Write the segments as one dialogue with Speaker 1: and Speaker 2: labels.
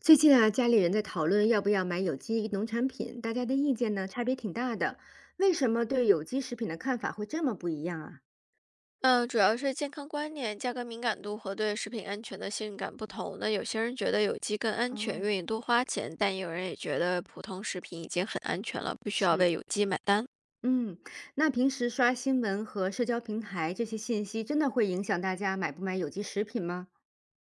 Speaker 1: 最近啊，家里人在讨论要不要买有机农产品，大家的意见呢差别挺大的。为什么对有机食品的看法会这么不一样啊？
Speaker 2: 嗯，主要是健康观念、价格敏感度和对食品安全的信任感不同。那有些人觉得有机更安全，
Speaker 1: 哦，
Speaker 2: 愿意多花钱，但也有人也觉得普通食品已经很安全了，不需要
Speaker 1: 是，
Speaker 2: 为有机买单。
Speaker 1: 嗯，那平时刷新闻和社交平台这些信息，真的会影响大家买不买有机食品吗？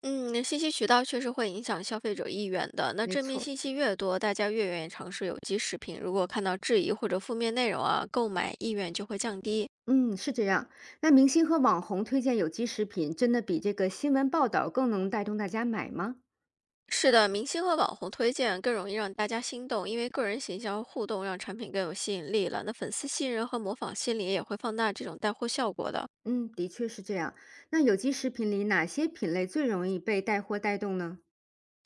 Speaker 2: 嗯，信息渠道确实会影响消费者意愿的。那
Speaker 1: 没
Speaker 2: 正面
Speaker 1: 错，
Speaker 2: 信息越多，大家越愿意尝试有机食品。如果看到质疑或者负面内容啊，购买意愿就会降低。
Speaker 1: 嗯，是这样。那明星和网红推荐有机食品，真的比这个新闻报道更能带动大家买吗？
Speaker 2: 是的，明星和网红推荐更容易让大家心动，因为个人形象和互动让产品更有吸引力了。那粉丝信任和模仿心理也会放大这种带货效果的。
Speaker 1: 嗯，的确是这样。那有机食品里哪些品类最容易被带货带动呢？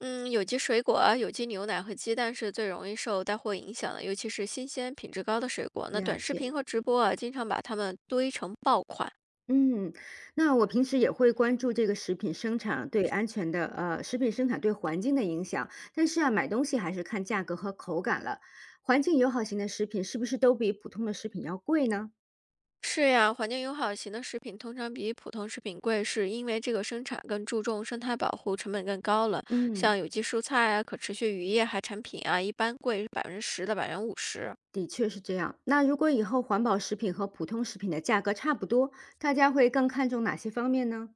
Speaker 2: 嗯，有机水果啊，有机牛奶和鸡蛋是最容易受带货影响的，尤其是新鲜、品质高的水果。那
Speaker 1: 了
Speaker 2: 短视
Speaker 1: 解。
Speaker 2: 频和直播啊，经常把它们堆成爆款。
Speaker 1: 嗯，那我平时也会关注这个食品生产对安全的，食品生产对环境的影响。但是啊，买东西还是看价格和口感了。环境友好型的食品是不是都比普通的食品要贵呢？
Speaker 2: 是呀，环境友好型的食品通常比普通食品贵，是因为这个生产更注重生态保护，成本更高了。
Speaker 1: 嗯，
Speaker 2: 像有机蔬菜啊、可持续渔业还产品啊，一般贵10%到50%。
Speaker 1: 的确是这样。那如果以后环保食品和普通食品的价格差不多，大家会更看重哪些方面呢？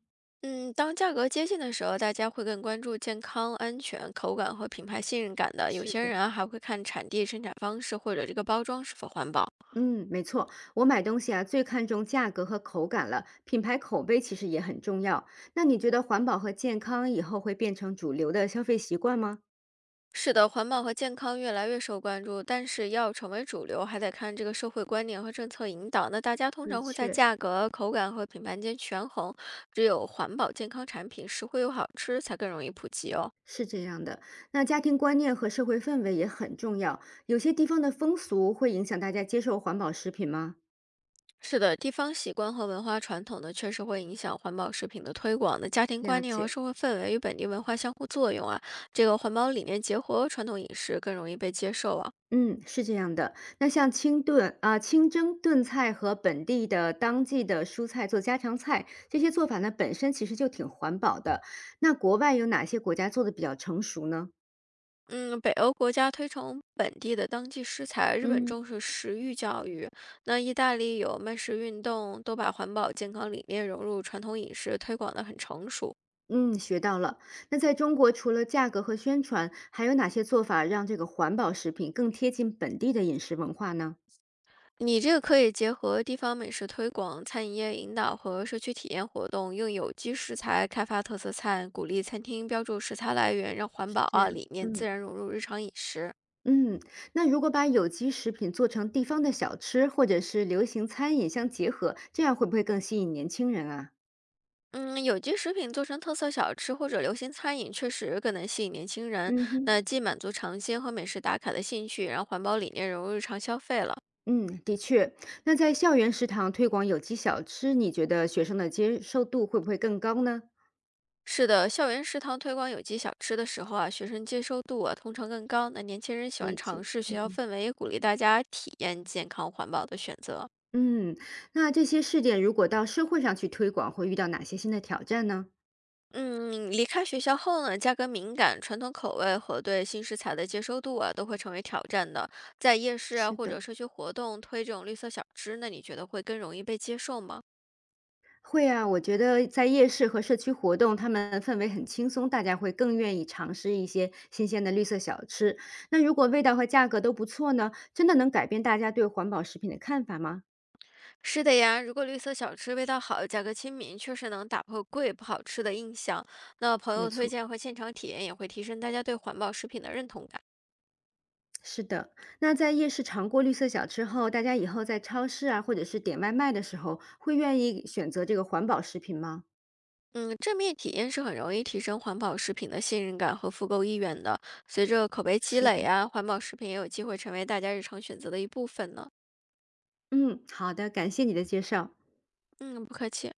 Speaker 2: 嗯，当价格接近的时候，大家会更关注健康、安全、口感和品牌信任感的。有
Speaker 1: 是
Speaker 2: 些
Speaker 1: 的。
Speaker 2: 人啊还会看产地、生产方式或者这个包装是否环保。
Speaker 1: 嗯，没错，我买东西啊，最看重价格和口感了，品牌口碑其实也很重要。那你觉得环保和健康以后会变成主流的消费习惯吗？
Speaker 2: 是的，环保和健康越来越受关注，但是要成为主流，还得看这个社会观念和政策引导。那大家通
Speaker 1: 的
Speaker 2: 常会在
Speaker 1: 确，
Speaker 2: 价格、口感和品牌间权衡，只有环保健康产品实惠又好吃，才更容易普及哦。
Speaker 1: 是这样的，那家庭观念和社会氛围也很重要。有些地方的风俗会影响大家接受环保食品吗？
Speaker 2: 是的，地方习惯和文化传统呢，确实会影响环保食品的推广的。家庭
Speaker 1: 了
Speaker 2: 观念和
Speaker 1: 解。
Speaker 2: 社会氛围与本地文化相互作用啊，这个环保理念结合传统饮食更容易被接受啊。
Speaker 1: 嗯，是这样的。那像清炖啊、清蒸炖菜和本地的当季的蔬菜做家常菜，这些做法呢本身其实就挺环保的。那国外有哪些国家做的比较成熟呢？
Speaker 2: 嗯，北欧国家推崇本地的当季食材，日本
Speaker 1: 嗯，
Speaker 2: 重视食育教育。那意大利有慢食运动，都把环保健康理念融入传统饮食，推广的很成熟。
Speaker 1: 嗯，学到了。那在中国，除了价格和宣传，还有哪些做法让这个环保食品更贴近本地的饮食文化呢？
Speaker 2: 你这个可以结合地方美食推广、餐饮业引导和社区体验活动，用有机食材开发特色菜，鼓励餐厅标注食材来源，让环保
Speaker 1: 是这
Speaker 2: 啊
Speaker 1: 样。
Speaker 2: 理念自
Speaker 1: 嗯
Speaker 2: 然融入日常饮食。
Speaker 1: 嗯，那如果把有机食品做成地方的小吃或者是流行餐饮相结合，这样会不会更吸引年轻人啊？
Speaker 2: 嗯，有机食品做成特色小吃或者流行餐饮，确实更能吸引年轻人。
Speaker 1: 嗯哼，
Speaker 2: 那既满足尝鲜和美食打卡的兴趣，然后环保理念融入日常消费了。
Speaker 1: 嗯，的确。那在校园食堂推广有机小吃，你觉得学生的接受度会不会更高呢？
Speaker 2: 是的，校园食堂推广有机小吃的时候啊，学生接受度啊通常更高。那年轻人喜欢
Speaker 1: 理
Speaker 2: 尝
Speaker 1: 解。
Speaker 2: 试，学校氛围也鼓励大家体验健康环保的选择。
Speaker 1: 嗯，那这些试点如果到社会上去推广，会遇到哪些新的挑战呢？
Speaker 2: 嗯，离开学校后呢，价格敏感、传统口味和对新食材的接受度啊，都会成为挑战的。在夜市啊
Speaker 1: 是
Speaker 2: 或者
Speaker 1: 的，
Speaker 2: 社区活动推这种绿色小吃，那你觉得会更容易被接受吗？
Speaker 1: 会啊，我觉得在夜市和社区活动，他们氛围很轻松，大家会更愿意尝试一些新鲜的绿色小吃。那如果味道和价格都不错呢，真的能改变大家对环保食品的看法吗？
Speaker 2: 是的呀，如果绿色小吃味道好、价格亲民，确实能打破贵不好吃的印象。那朋
Speaker 1: 没
Speaker 2: 友推
Speaker 1: 错。
Speaker 2: 荐和现场体验也会提升大家对环保食品的认同感。
Speaker 1: 是的，那在夜市尝过绿色小吃后，大家以后在超市啊，或者是点外卖的时候，会愿意选择这个环保食品吗？
Speaker 2: 嗯，正面体验是很容易提升环保食品的信任感和复购意愿的。随着口碑积
Speaker 1: 是
Speaker 2: 累啊，环保食品也有机会成为大家日常选择的一部分呢。
Speaker 1: 嗯，好的，感谢你的介绍。
Speaker 2: 嗯，不客气。